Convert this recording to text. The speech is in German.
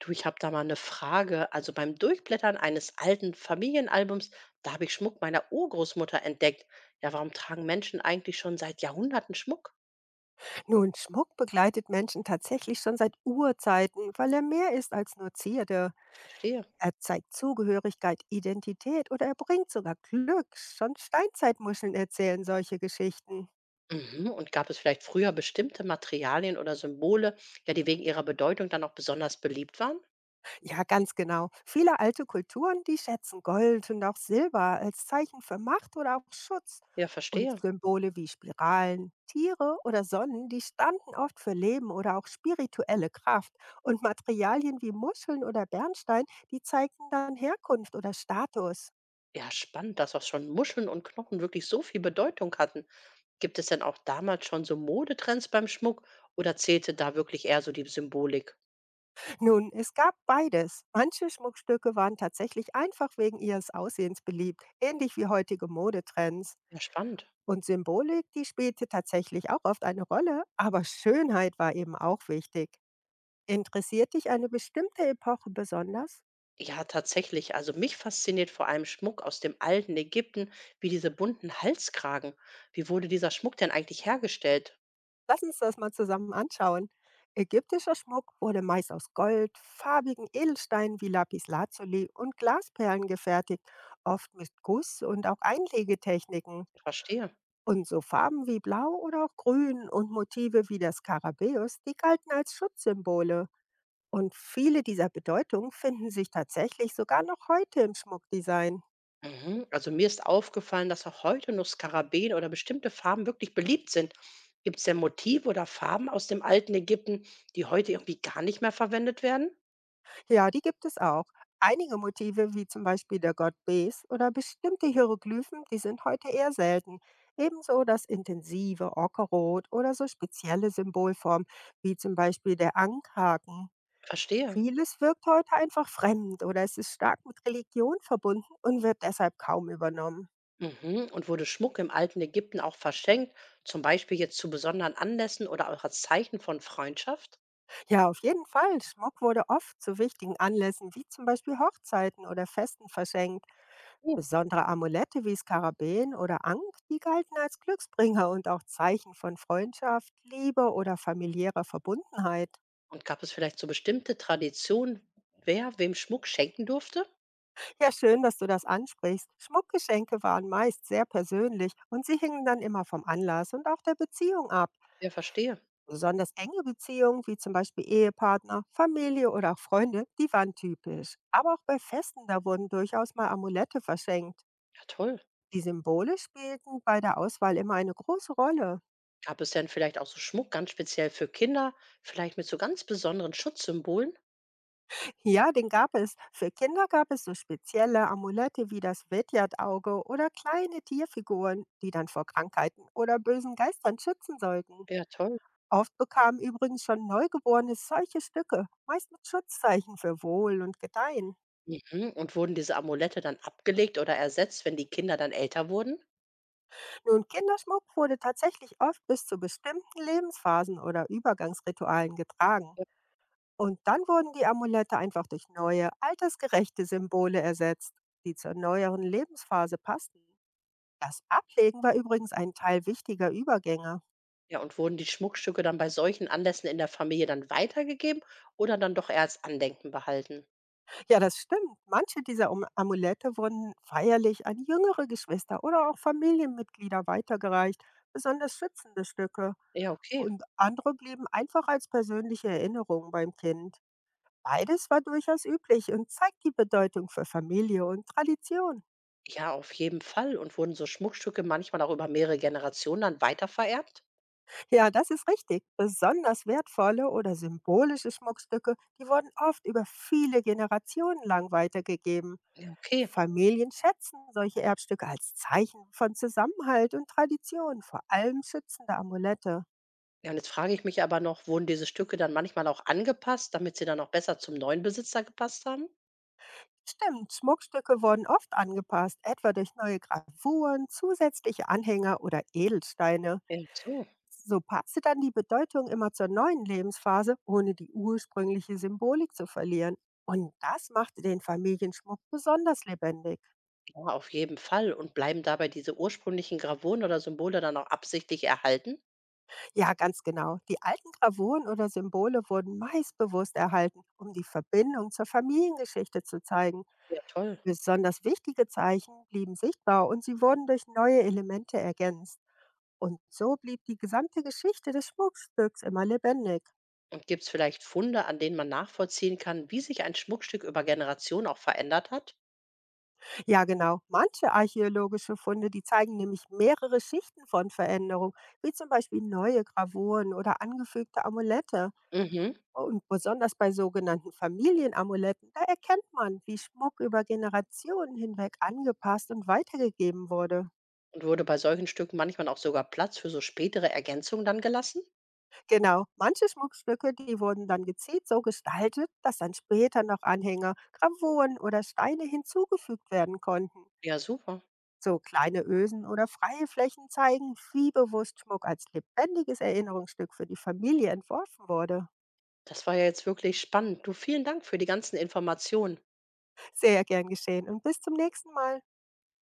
Du, ich habe da mal eine Frage. Also beim Durchblättern eines alten Familienalbums, da habe ich Schmuck meiner Urgroßmutter entdeckt. Ja, warum tragen Menschen eigentlich schon seit Jahrhunderten Schmuck? Nun, Schmuck begleitet Menschen tatsächlich schon seit Urzeiten, weil er mehr ist als nur Zierde. Verstehe. Er zeigt Zugehörigkeit, Identität oder er bringt sogar Glück. Schon Steinzeitmuscheln erzählen solche Geschichten. Mhm. Und gab es vielleicht früher bestimmte Materialien oder Symbole, ja, die wegen ihrer Bedeutung dann auch besonders beliebt waren? Ja, ganz genau. Viele alte Kulturen, die schätzen Gold und auch Silber als Zeichen für Macht oder auch Schutz. Ja, Und verstehe. Symbole wie Spiralen, Tiere oder Sonnen, die standen oft für Leben oder auch spirituelle Kraft. Und Materialien wie Muscheln oder Bernstein, die zeigten dann Herkunft oder Status. Ja, spannend, dass auch schon Muscheln und Knochen wirklich so viel Bedeutung hatten. Gibt es denn auch damals schon so Modetrends beim Schmuck oder zählte da wirklich eher so die Symbolik? Nun, es gab beides. Manche Schmuckstücke waren tatsächlich einfach wegen ihres Aussehens beliebt, ähnlich wie heutige Modetrends. Ja, spannend. Und Symbolik, die spielte tatsächlich auch oft eine Rolle, aber Schönheit war eben auch wichtig. Interessiert dich eine bestimmte Epoche besonders? Ja, tatsächlich. Also mich fasziniert vor allem Schmuck aus dem alten Ägypten, wie diese bunten Halskragen. Wie wurde dieser Schmuck denn eigentlich hergestellt? Lass uns das mal zusammen anschauen. Ägyptischer Schmuck wurde meist aus Gold, farbigen Edelsteinen wie Lapislazuli und Glasperlen gefertigt, oft mit Guss- und auch Einlegetechniken. Verstehe. Und so Farben wie Blau oder auch Grün und Motive wie der Skarabäus, die galten als Schutzsymbole. Und viele dieser Bedeutungen finden sich tatsächlich sogar noch heute im Schmuckdesign. Mhm. Also mir ist aufgefallen, dass auch heute noch Skarabäen oder bestimmte Farben wirklich beliebt sind. Gibt es denn Motive oder Farben aus dem alten Ägypten, die heute irgendwie gar nicht mehr verwendet werden? Ja, die gibt es auch. Einige Motive, wie zum Beispiel der Gott Bes oder bestimmte Hieroglyphen, die sind heute eher selten. Ebenso das intensive Ockerrot oder so spezielle Symbolformen, wie zum Beispiel der Ankhaken. Verstehe. Vieles wirkt heute einfach fremd oder es ist stark mit Religion verbunden und wird deshalb kaum übernommen. Mhm. Und wurde Schmuck im alten Ägypten auch verschenkt, zum Beispiel jetzt zu besonderen Anlässen oder auch als Zeichen von Freundschaft? Ja, auf jeden Fall. Schmuck wurde oft zu wichtigen Anlässen wie zum Beispiel Hochzeiten oder Festen verschenkt. Besondere Amulette wie Skarabäen oder Ankh, die galten als Glücksbringer und auch Zeichen von Freundschaft, Liebe oder familiärer Verbundenheit. Und gab es vielleicht so bestimmte Traditionen, wer wem Schmuck schenken durfte? Ja, schön, dass du das ansprichst. Schmuckgeschenke waren meist sehr persönlich und sie hingen dann immer vom Anlass und auch der Beziehung ab. Ja, verstehe. Besonders enge Beziehungen wie zum Beispiel Ehepartner, Familie oder auch Freunde, die waren typisch. Aber auch bei Festen, da wurden durchaus mal Amulette verschenkt. Ja, toll. Die Symbole spielten bei der Auswahl immer eine große Rolle. Gab es denn vielleicht auch so Schmuck ganz speziell für Kinder, vielleicht mit so ganz besonderen Schutzsymbolen? Ja, den gab es. Für Kinder gab es so spezielle Amulette wie das Widjat-Auge oder kleine Tierfiguren, die dann vor Krankheiten oder bösen Geistern schützen sollten. Ja, toll. Oft bekamen übrigens schon Neugeborene solche Stücke, meist mit Schutzzeichen für Wohl und Gedeihen. Mhm. Und wurden diese Amulette dann abgelegt oder ersetzt, wenn die Kinder dann älter wurden? Nun, Kinderschmuck wurde tatsächlich oft bis zu bestimmten Lebensphasen oder Übergangsritualen getragen. Und dann wurden die Amulette einfach durch neue, altersgerechte Symbole ersetzt, die zur neueren Lebensphase passten. Das Ablegen war übrigens ein Teil wichtiger Übergänge. Ja, und wurden die Schmuckstücke dann bei solchen Anlässen in der Familie dann weitergegeben oder dann doch eher als Andenken behalten? Ja, das stimmt. Manche dieser Amulette wurden feierlich an jüngere Geschwister oder auch Familienmitglieder weitergereicht, besonders schützende Stücke. Ja, okay. Und andere blieben einfach als persönliche Erinnerung beim Kind. Beides war durchaus üblich und zeigt die Bedeutung für Familie und Tradition. Ja, auf jeden Fall. Und wurden so Schmuckstücke manchmal auch über mehrere Generationen dann weitervererbt? Ja, das ist richtig. Besonders wertvolle oder symbolische Schmuckstücke, die wurden oft über viele Generationen lang weitergegeben. Ja, okay. Familien schätzen solche Erbstücke als Zeichen von Zusammenhalt und Tradition, vor allem schützende Amulette. Ja, und jetzt frage ich mich aber noch, wurden diese Stücke dann manchmal auch angepasst, damit sie dann auch besser zum neuen Besitzer gepasst haben? Stimmt, Schmuckstücke wurden oft angepasst, etwa durch neue Gravuren, zusätzliche Anhänger oder Edelsteine. Ja, so. So passte dann die Bedeutung immer zur neuen Lebensphase, ohne die ursprüngliche Symbolik zu verlieren. Und das machte den Familienschmuck besonders lebendig. Ja, auf jeden Fall. Und bleiben dabei diese ursprünglichen Gravuren oder Symbole dann auch absichtlich erhalten? Ja, ganz genau. Die alten Gravuren oder Symbole wurden meist bewusst erhalten, um die Verbindung zur Familiengeschichte zu zeigen. Ja, toll. Besonders wichtige Zeichen blieben sichtbar und sie wurden durch neue Elemente ergänzt. Und so blieb die gesamte Geschichte des Schmuckstücks immer lebendig. Und gibt es vielleicht Funde, an denen man nachvollziehen kann, wie sich ein Schmuckstück über Generationen auch verändert hat? Ja, genau. Manche archäologische Funde, die zeigen nämlich mehrere Schichten von Veränderung, wie zum Beispiel neue Gravuren oder angefügte Amulette. Mhm. Und besonders bei sogenannten Familienamuletten, da erkennt man, wie Schmuck über Generationen hinweg angepasst und weitergegeben wurde. Und wurde bei solchen Stücken manchmal auch sogar Platz für so spätere Ergänzungen dann gelassen? Genau, manche Schmuckstücke, die wurden dann gezielt so gestaltet, dass dann später noch Anhänger, Gravuren oder Steine hinzugefügt werden konnten. Ja, super. So kleine Ösen oder freie Flächen zeigen, wie bewusst Schmuck als lebendiges Erinnerungsstück für die Familie entworfen wurde. Das war ja jetzt wirklich spannend. Du, vielen Dank für die ganzen Informationen. Sehr gern geschehen und bis zum nächsten Mal.